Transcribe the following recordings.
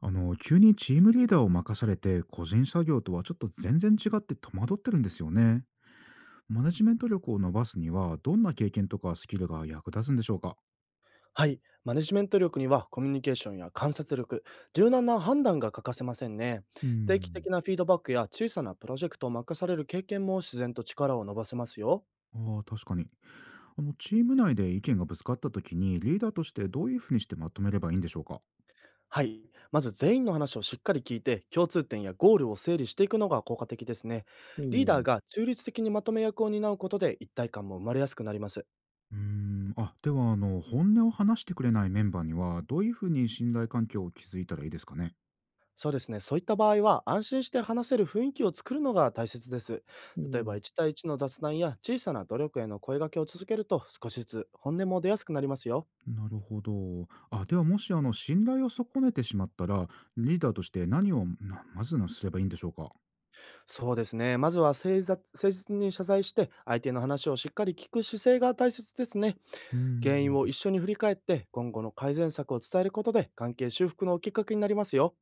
急にチームリーダーを任されて、個人作業とはちょっと全然違って戸惑ってるんですよね。マネジメント力を伸ばすには、どんな経験とかスキルが役立つんでしょうか？はい。マネジメント力にはコミュニケーションや観察力、柔軟な判断が欠かせませんね。うー定期的ん。なフィードバックや小さなプロジェクトを任される経験も自然と力を伸ばせますよ。ああ、確かに。チーム内で意見がぶつかった時に、リーダーとしてどういうふうにしてまとめればいいんでしょうか？はい。まず全員の話をしっかり聞いて、共通点やゴールを整理していくのが効果的ですね。おリーダーう。が中立的にまとめ役を担うことで一体感も生まれやすくなります。うーん。あ、では、本音を話してくれないメンバーには、どういうふうに信頼関係を築いたらいいですかね？そうですね。そういった場合は、安心して話せる雰囲気を作るのが大切です。お例えば、う。1対1の雑談や小さな努力への声掛けを続けると、少しずつ本音も出やすくなりますよ。なるほど。あ、ではもしあの信頼を損ねてしまったら、リーダーとして何をなまずなすればいいんでしょうか。そうですね。まずは誠実に謝罪して、相手の話をしっかり聞く姿勢が大切ですね。うー原因をん。一緒に振り返って、今後の改善策を伝えることで、関係修復のきっかけになりますよ。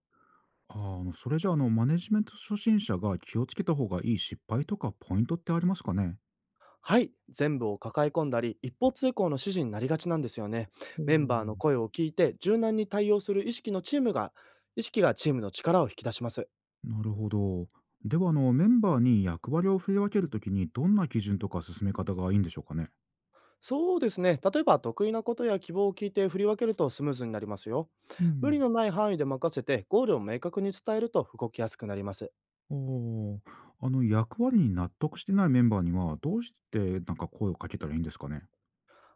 あ、それじゃマネジメント初心者が気をつけた方がいい失敗とかポイントってありますかね？はい、全部を抱え込んだり、一方通行の指示になりがちなんですよね。おメンバーのー。声を聞いて、柔軟に対応する意識のチームが、意識がチームの力を引き出します。なるほど。ではメンバーに役割を振り分けるときにどんな基準とか進め方がいいんでしょうかね？そうですね、例えば得意なことや希望を聞いて振り分けるとスムーズになりますよ。う無ん。理のない範囲で任せて、ゴールを明確に伝えると動きやすくなります。お。あの役割に納得してないメンバーにはどうしてなんか声をかけたらいいんですかね？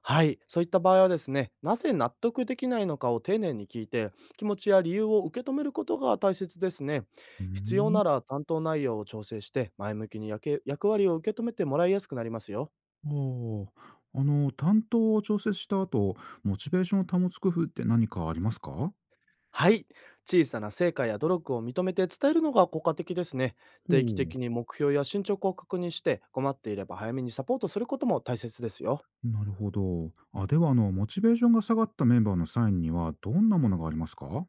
はい、そういった場合はですね、なぜ納得できないのかを丁寧に聞いて、気持ちや理由を受け止めることが大切ですね。うー必要ん。なら担当内容を調整して、前向きに役割を受け止めてもらいやすくなりますよ。おお。担当を調節した後、モチベーションを保つ工夫って何かありますか？はい、小さな成果や努力を認めて伝えるのが効果的ですね。ほ定期う。的に目標や進捗を確認して、困っていれば早めにサポートすることも大切ですよ。なるほど。あ、では、モチベーションが下がったメンバーのサインには、どんなものがありますか？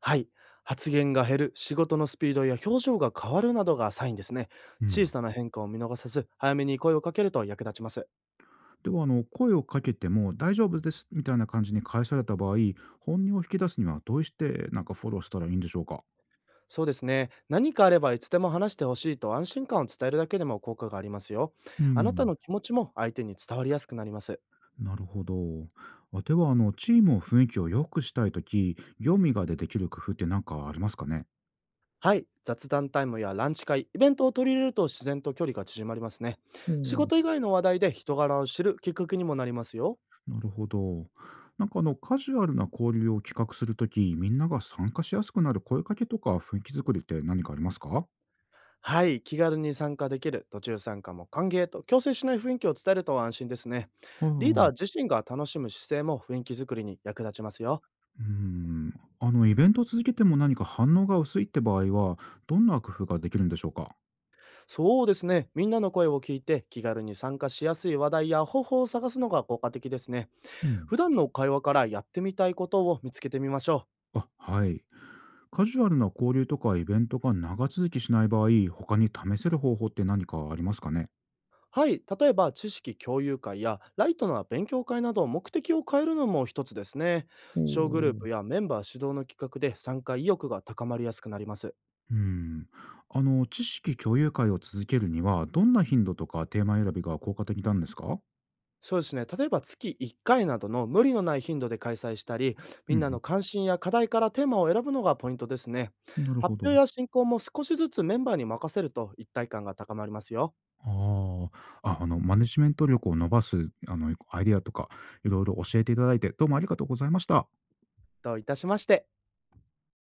はい。発言が減る、仕事のスピードや表情が変わるなどがサインですね。う小ん。さな変化を見逃さず、早めに声をかけると役立ちます。では、声をかけても大丈夫ですみたいな感じに返された場合、本音を引き出すにはどうして、なんかフォローしたらいいんでしょうか？そうですね。何かあればいつでも話してほしいと安心感を伝えるだけでも効果がありますよ。うあなたん。の気持ちも相手に伝わりやすくなります。なるほど。あ、では、チームの雰囲気を良くしたいとき、業務以外でできる工夫って何かありますかね？はい。雑談タイムやランチ会、イベントを取り入れると自然と距離が縮まりますね。ほ仕う。事以外の話題で人柄を知るきっかけにもなりますよ。なるほど。なんかカジュアルな交流を企画するとき、みんなが参加しやすくなる声かけとか雰囲気作りって何かありますかは？はい、気軽に参加できる、途中参加も歓迎と、強制しない雰囲気を伝えると安心ですね。リーダーあ。自身が楽しむ姿勢も雰囲気作りに役立ちますよ。うーん。イベントを続けても何か反応が薄いって場合は、どんな工夫ができるんでしょうか？そうですね、みんなの声を聞いて気軽に参加しやすい話題や方法を探すのが効果的ですね。うん。普段の会話からやってみたいことを見つけてみましょう。あ、はい。カジュアルな交流とかイベントが長続きしない場合、他に試せる方法って何かありますかね？はい、例えば知識共有会やライトな勉強会など目的を変えるのも一つですね。お小グルーー。プやメンバー主導の企画で参加意欲が高まりやすくなります。うん。知識共有会を続けるには、どんな頻度とかテーマ選びが効果的なんですか？そうですね。例えば月1回などの無理のない頻度で開催したり、うみんなんの関心や課題からテーマを選ぶのがポイントですね。うん。なるほ発ど。表や進行も少しずつメンバーに任せると一体感が高まりますよ。ああ。あ、マネジメント力を伸ばす、アイデアとか、いろいろ教えていただいて、どうもありがとうございました。どういたしまして。